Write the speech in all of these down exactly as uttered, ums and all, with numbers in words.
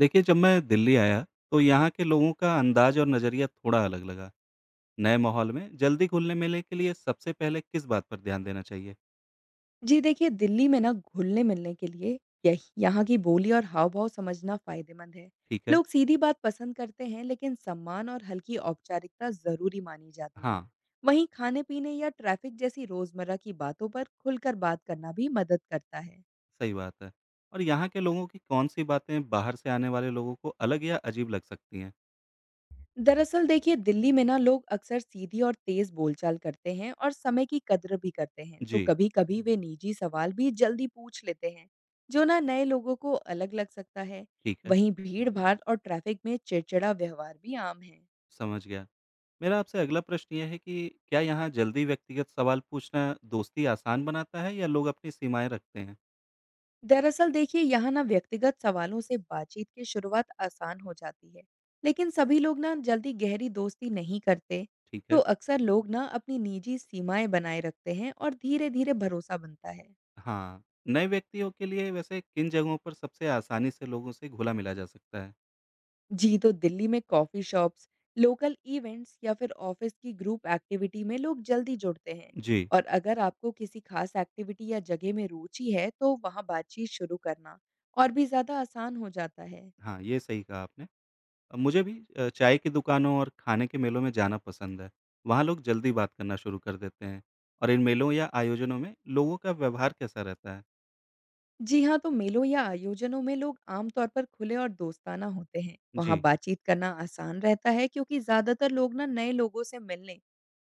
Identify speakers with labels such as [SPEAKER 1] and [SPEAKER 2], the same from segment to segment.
[SPEAKER 1] देखिए, जब मैं दिल्ली आया, तो यहाँ के लोगों का अंदाज़ और नज़रिया थोड़ा अलग लगा। नए माहौल में जल्दी घुलने-मिलने के लिए सबसे पहले किस बात पर ध्यान देना चाहिए?
[SPEAKER 2] जी देखिए, दिल्ली में ना घुलने-मिलने के लिए यह यहाँ की बोली और हाव-भाव समझना फ़ायदेमंद है।
[SPEAKER 1] ठीक है।
[SPEAKER 2] लोग सीधी बात पसंद करते हैं, लेकिन सम्मान और हल्की औपचारिकता ज़रूरी मानी जाती
[SPEAKER 1] हाँ,
[SPEAKER 2] है। वहीं खाने-पीने या ट्रैफ़िक जैसी रोज़मर्रा की बातों पर खुलकर बात करना भी मदद करता है।
[SPEAKER 1] सही बात है। और यहाँ के लोगों की कौन-सी बातें बाहर से आने वाले लोगों को अलग या अजीब लग सकती हैं?
[SPEAKER 2] दरअसल देखिए, दिल्ली में ना लोग अक्सर सीधी और तेज बोलचाल करते हैं और समय की कद्र भी करते हैं, तो
[SPEAKER 1] जी,
[SPEAKER 2] कभी कभी वे निजी सवाल भी जल्दी पूछ लेते हैं, जो ना नए लोगों को अलग लग सकता है।
[SPEAKER 1] ठीक है,
[SPEAKER 2] वहीं भीड़ भाड़ और ट्रैफिक में चिड़चिड़ा व्यवहार भी आम है।
[SPEAKER 1] समझ गया। मेरा आपसे अगला प्रश्न ये है कि क्या यहाँ जल्दी व्यक्तिगत सवाल पूछना दोस्ती आसान बनाता है या लोग अपनी सीमाएँ रखते हैं?
[SPEAKER 2] दरअसल देखिए, यहाँ ना व्यक्तिगत सवालों से बातचीत की शुरुआत आसान हो जाती है, लेकिन सभी लोग ना जल्दी गहरी दोस्ती नहीं करते।
[SPEAKER 1] ठीक
[SPEAKER 2] तो
[SPEAKER 1] है।
[SPEAKER 2] अक्सर लोग ना अपनी निजी सीमाएं बनाए रखते हैं और धीरे धीरे भरोसा बनता है।
[SPEAKER 1] हाँ, नए व्यक्तियों के लिए वैसे किन जगहों पर सबसे आसानी से लोगों से घुला-मिला जा सकता है?
[SPEAKER 2] जी, तो दिल्ली में कॉफी शॉप्स, लोकल इवेंट्स या फिर ऑफिस की ग्रुप एक्टिविटी में लोग जल्दी जुड़ते हैं।
[SPEAKER 1] जी,
[SPEAKER 2] और अगर आपको किसी खास एक्टिविटी या जगह में रुचि है, तो वहाँ बातचीत शुरू करना और भी ज़्यादा आसान हो जाता है।
[SPEAKER 1] हाँ, ये सही कहा आपने। अ, मुझे भी अ, चाय की दुकानों और खाने के मेलों में जाना पसंद है। वहाँ लोग जल्दी बात करना शुरू कर देते हैं और इन मेलों या आयोजनों में लोगों का व्यवहार कैसा रहता है?
[SPEAKER 2] जी हाँ, तो मेलों या आयोजनों में लोग आमतौर पर खुले और दोस्ताना होते हैं। वहाँ
[SPEAKER 1] जी,
[SPEAKER 2] बातचीत करना आसान रहता है, क्योंकि ज़्यादातर लोग ना नए लोगों से मिलने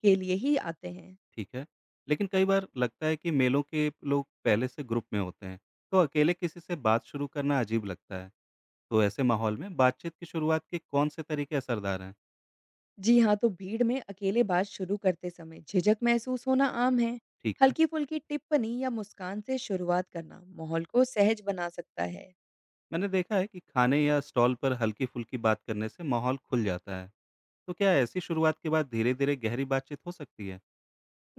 [SPEAKER 2] के लिए ही आते हैं।
[SPEAKER 1] ठीक है। लेकिन कई बार लगता है कि मेलों के लोग पहले से ग्रुप में होते हैं, तो अकेले किसी से बात शुरू करना अजीब लगता है। तो ऐसे माहौल में बातचीत की शुरुआत के कौन से तरीके असरदार हैं?
[SPEAKER 2] जी हाँ, तो भीड़ में अकेले बात शुरू करते समय झिझक महसूस होना आम है।
[SPEAKER 1] ठीक है।
[SPEAKER 2] हल्की-फुल्की टिप्पणी या मुस्कान से शुरुआत करना माहौल को सहज बना सकता है।
[SPEAKER 1] मैंने देखा है कि खाने या स्टॉल पर हल्की फुल्की बात करने से माहौल खुल जाता है। तो क्या ऐसी शुरुआत के बाद धीरे धीरे गहरी बातचीत हो सकती है?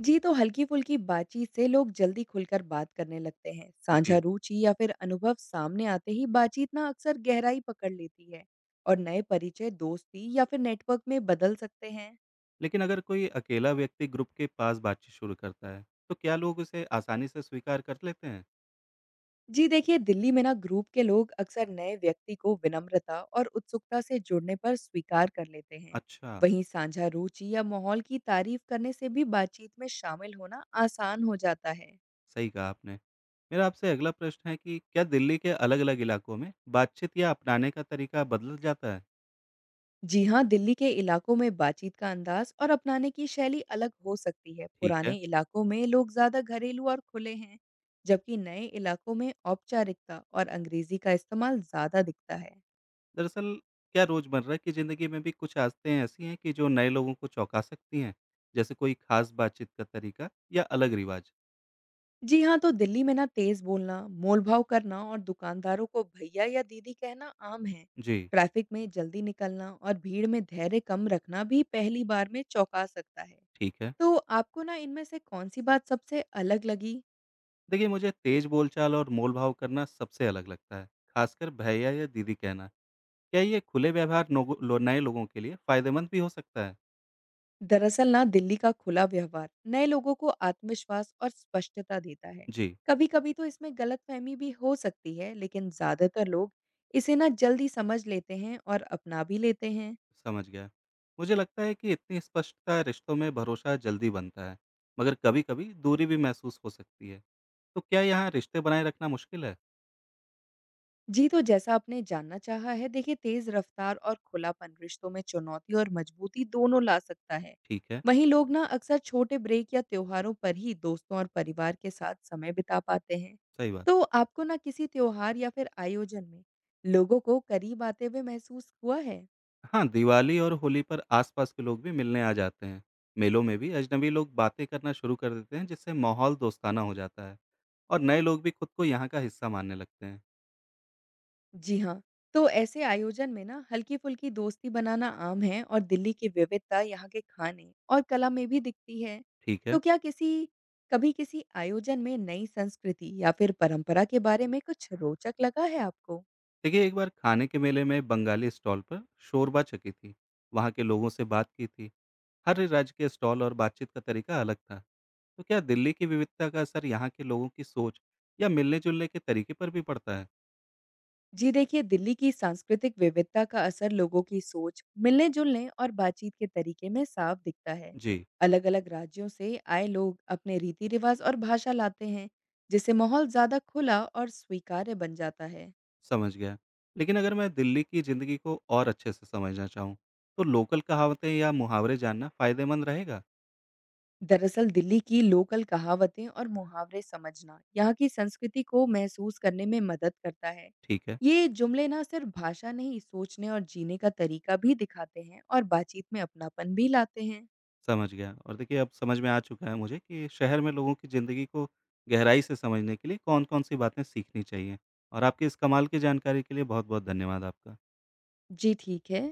[SPEAKER 2] जी, तो हल्की-फुल्की बातचीत से लोग जल्दी खुलकर बात करने लगते हैं। साझा
[SPEAKER 1] जी।
[SPEAKER 2] रुचि या फिर अनुभव सामने आते ही बातचीत ना अक्सर गहराई पकड़ लेती है और नए परिचय दोस्ती या फिर नेटवर्क में बदल सकते हैं।
[SPEAKER 1] लेकिन अगर कोई अकेला व्यक्ति ग्रुप के पास बातचीत शुरू करता है तो क्या लोग उसे आसानी से स्वीकार कर लेते हैं?
[SPEAKER 2] जी देखिए, दिल्ली में ना ग्रुप के लोग अक्सर नए व्यक्ति को विनम्रता और उत्सुकता से जुड़ने पर स्वीकार कर लेते हैं।
[SPEAKER 1] अच्छा।
[SPEAKER 2] वहीं साझा रुचि या माहौल की तारीफ करने से भी बातचीत में शामिल होना आसान हो जाता है।
[SPEAKER 1] सही कहा आपने। मेरा आपसे अगला प्रश्न है कि क्या दिल्ली के अलग अलग इलाकों में बातचीत या अपनाने का तरीका बदल जाता है?
[SPEAKER 2] जी हाँ, दिल्ली के इलाकों में बातचीत का अंदाज और अपनाने की शैली अलग हो सकती है।
[SPEAKER 1] ठीक है।
[SPEAKER 2] पुराने इलाकों में लोग ज्यादा घरेलू और खुले हैं, जबकि नए इलाकों में औपचारिकता और अंग्रेजी का इस्तेमाल ज्यादा दिखता है।
[SPEAKER 1] दरअसल, क्या रोजमर्रा की जिंदगी में भी कुछ आदतें ऐसी हैं कि जो नए लोगों को चौंका सकती हैं? जैसे कोई खास बातचीत का तरीका या अलग रिवाज।
[SPEAKER 2] जी हाँ, तो दिल्ली में ना तेज़ बोलना, मोल-भाव करना और दुकानदारों को भैया या दीदी कहना आम है।
[SPEAKER 1] जी।
[SPEAKER 2] ट्रैफिक में जल्दी निकलना और भीड़ में धैर्य कम रखना भी पहली बार में चौंका सकता है।
[SPEAKER 1] ठीक है।
[SPEAKER 2] तो आपको ना इनमें से कौन-सी बात सबसे अलग लगी?
[SPEAKER 1] देखिए, मुझे तेज बोलचाल और मोलभाव करना सबसे अलग लगता है, खासकर भैया या दीदी कहना। क्या ये खुले व्यवहार नोगो- लो, नए लोगों के लिए फायदेमंद भी हो सकता है?
[SPEAKER 2] दरअसल ना दिल्ली का खुला व्यवहार नए लोगों को आत्मविश्वास और स्पष्टता देता है।
[SPEAKER 1] जी।
[SPEAKER 2] कभी-कभी तो इसमें गलतफहमी भी हो सकती है, लेकिन ज़्यादातर लोग इसे ना जल्दी समझ लेते हैं और अपना भी लेते हैं।
[SPEAKER 1] समझ गया। मुझे लगता है कि इतनी स्पष्टता रिश्तों में भरोसा जल्दी बनता है, मगर कभी कभी दूरी भी महसूस हो सकती है। तो क्या यहाँ रिश्ते बनाए रखना मुश्किल है?
[SPEAKER 2] जी, तो जैसा आपने जानना चाहा है, देखिए तेज़ रफ़्तार और खुलापन रिश्तों में चुनौती और मजबूती दोनों ला सकता है।
[SPEAKER 1] ठीक है।
[SPEAKER 2] वहीं लोग ना अक्सर छोटे ब्रेक या त्योहारों पर ही दोस्तों और परिवार के साथ समय बिता पाते हैं।
[SPEAKER 1] सही बात।
[SPEAKER 2] तो आपको ना किसी त्योहार या फिर आयोजन में लोगों को करीब आते हुए महसूस हुआ है?
[SPEAKER 1] हाँ, दिवाली और होली पर आसपास के लोग भी मिलने आ जाते हैं। मेलों में भी अजनबी लोग बातें करना शुरू कर देते हैं, जिससे माहौल दोस्ताना हो जाता है और नए लोग भी खुद को यहाँ का हिस्सा मानने लगते हैं।
[SPEAKER 2] जी हाँ, तो ऐसे आयोजन में ना हल्की-फुल्की दोस्ती बनाना आम है और दिल्ली की विविधता यहाँ के खाने और कला में भी दिखती है।
[SPEAKER 1] ठीक है।
[SPEAKER 2] तो क्या किसी कभी किसी आयोजन में नई संस्कृति या फिर परंपरा के बारे में कुछ रोचक लगा है आपको?
[SPEAKER 1] देखिए, एक बार खाने के मेले में बंगाली स्टॉल पर शोरबा चखी थी। वहाँ के लोगों से बात की थी। हर राज्य के स्टॉल और बातचीत का तरीका अलग था। तो क्या दिल्ली की विविधता का असर यहाँ के लोगों की सोच या मिलने-जुलने के तरीके पर भी पड़ता है?
[SPEAKER 2] जी देखिए, दिल्ली की सांस्कृतिक विविधता का असर लोगों की सोच, मिलने-जुलने और बातचीत के तरीके में साफ दिखता है।
[SPEAKER 1] जी।
[SPEAKER 2] अलग-अलग राज्यों से आए लोग अपने रीति-रिवाज और भाषा लाते हैं, जिससे माहौल ज़्यादा खुला और स्वीकार्य बन जाता है।
[SPEAKER 1] समझ गया। लेकिन अगर मैं दिल्ली की ज़िंदगी को और अच्छे से समझना चाहूँ, तो लोकल कहावतें या मुहावरे जानना फ़ायदेमंद रहेगा?
[SPEAKER 2] दरअसल दिल्ली की लोकल कहावतें और मुहावरे समझना यहाँ की संस्कृति को महसूस करने में मदद करता है।
[SPEAKER 1] ठीक है,
[SPEAKER 2] ये जुमले ना सिर्फ भाषा नहीं, सोचने और जीने का तरीका भी दिखाते हैं और बातचीत में अपनापन भी लाते हैं।
[SPEAKER 1] समझ गया। और देखिए, अब समझ में आ चुका है मुझे कि शहर में लोगों की ज़िंदगी को गहराई से समझने के लिए कौन-कौन सी बातें सीखनी चाहिए। और आपकी इस कमाल की जानकारी के लिए बहुत-बहुत धन्यवाद आपका।
[SPEAKER 2] जी ठीक है।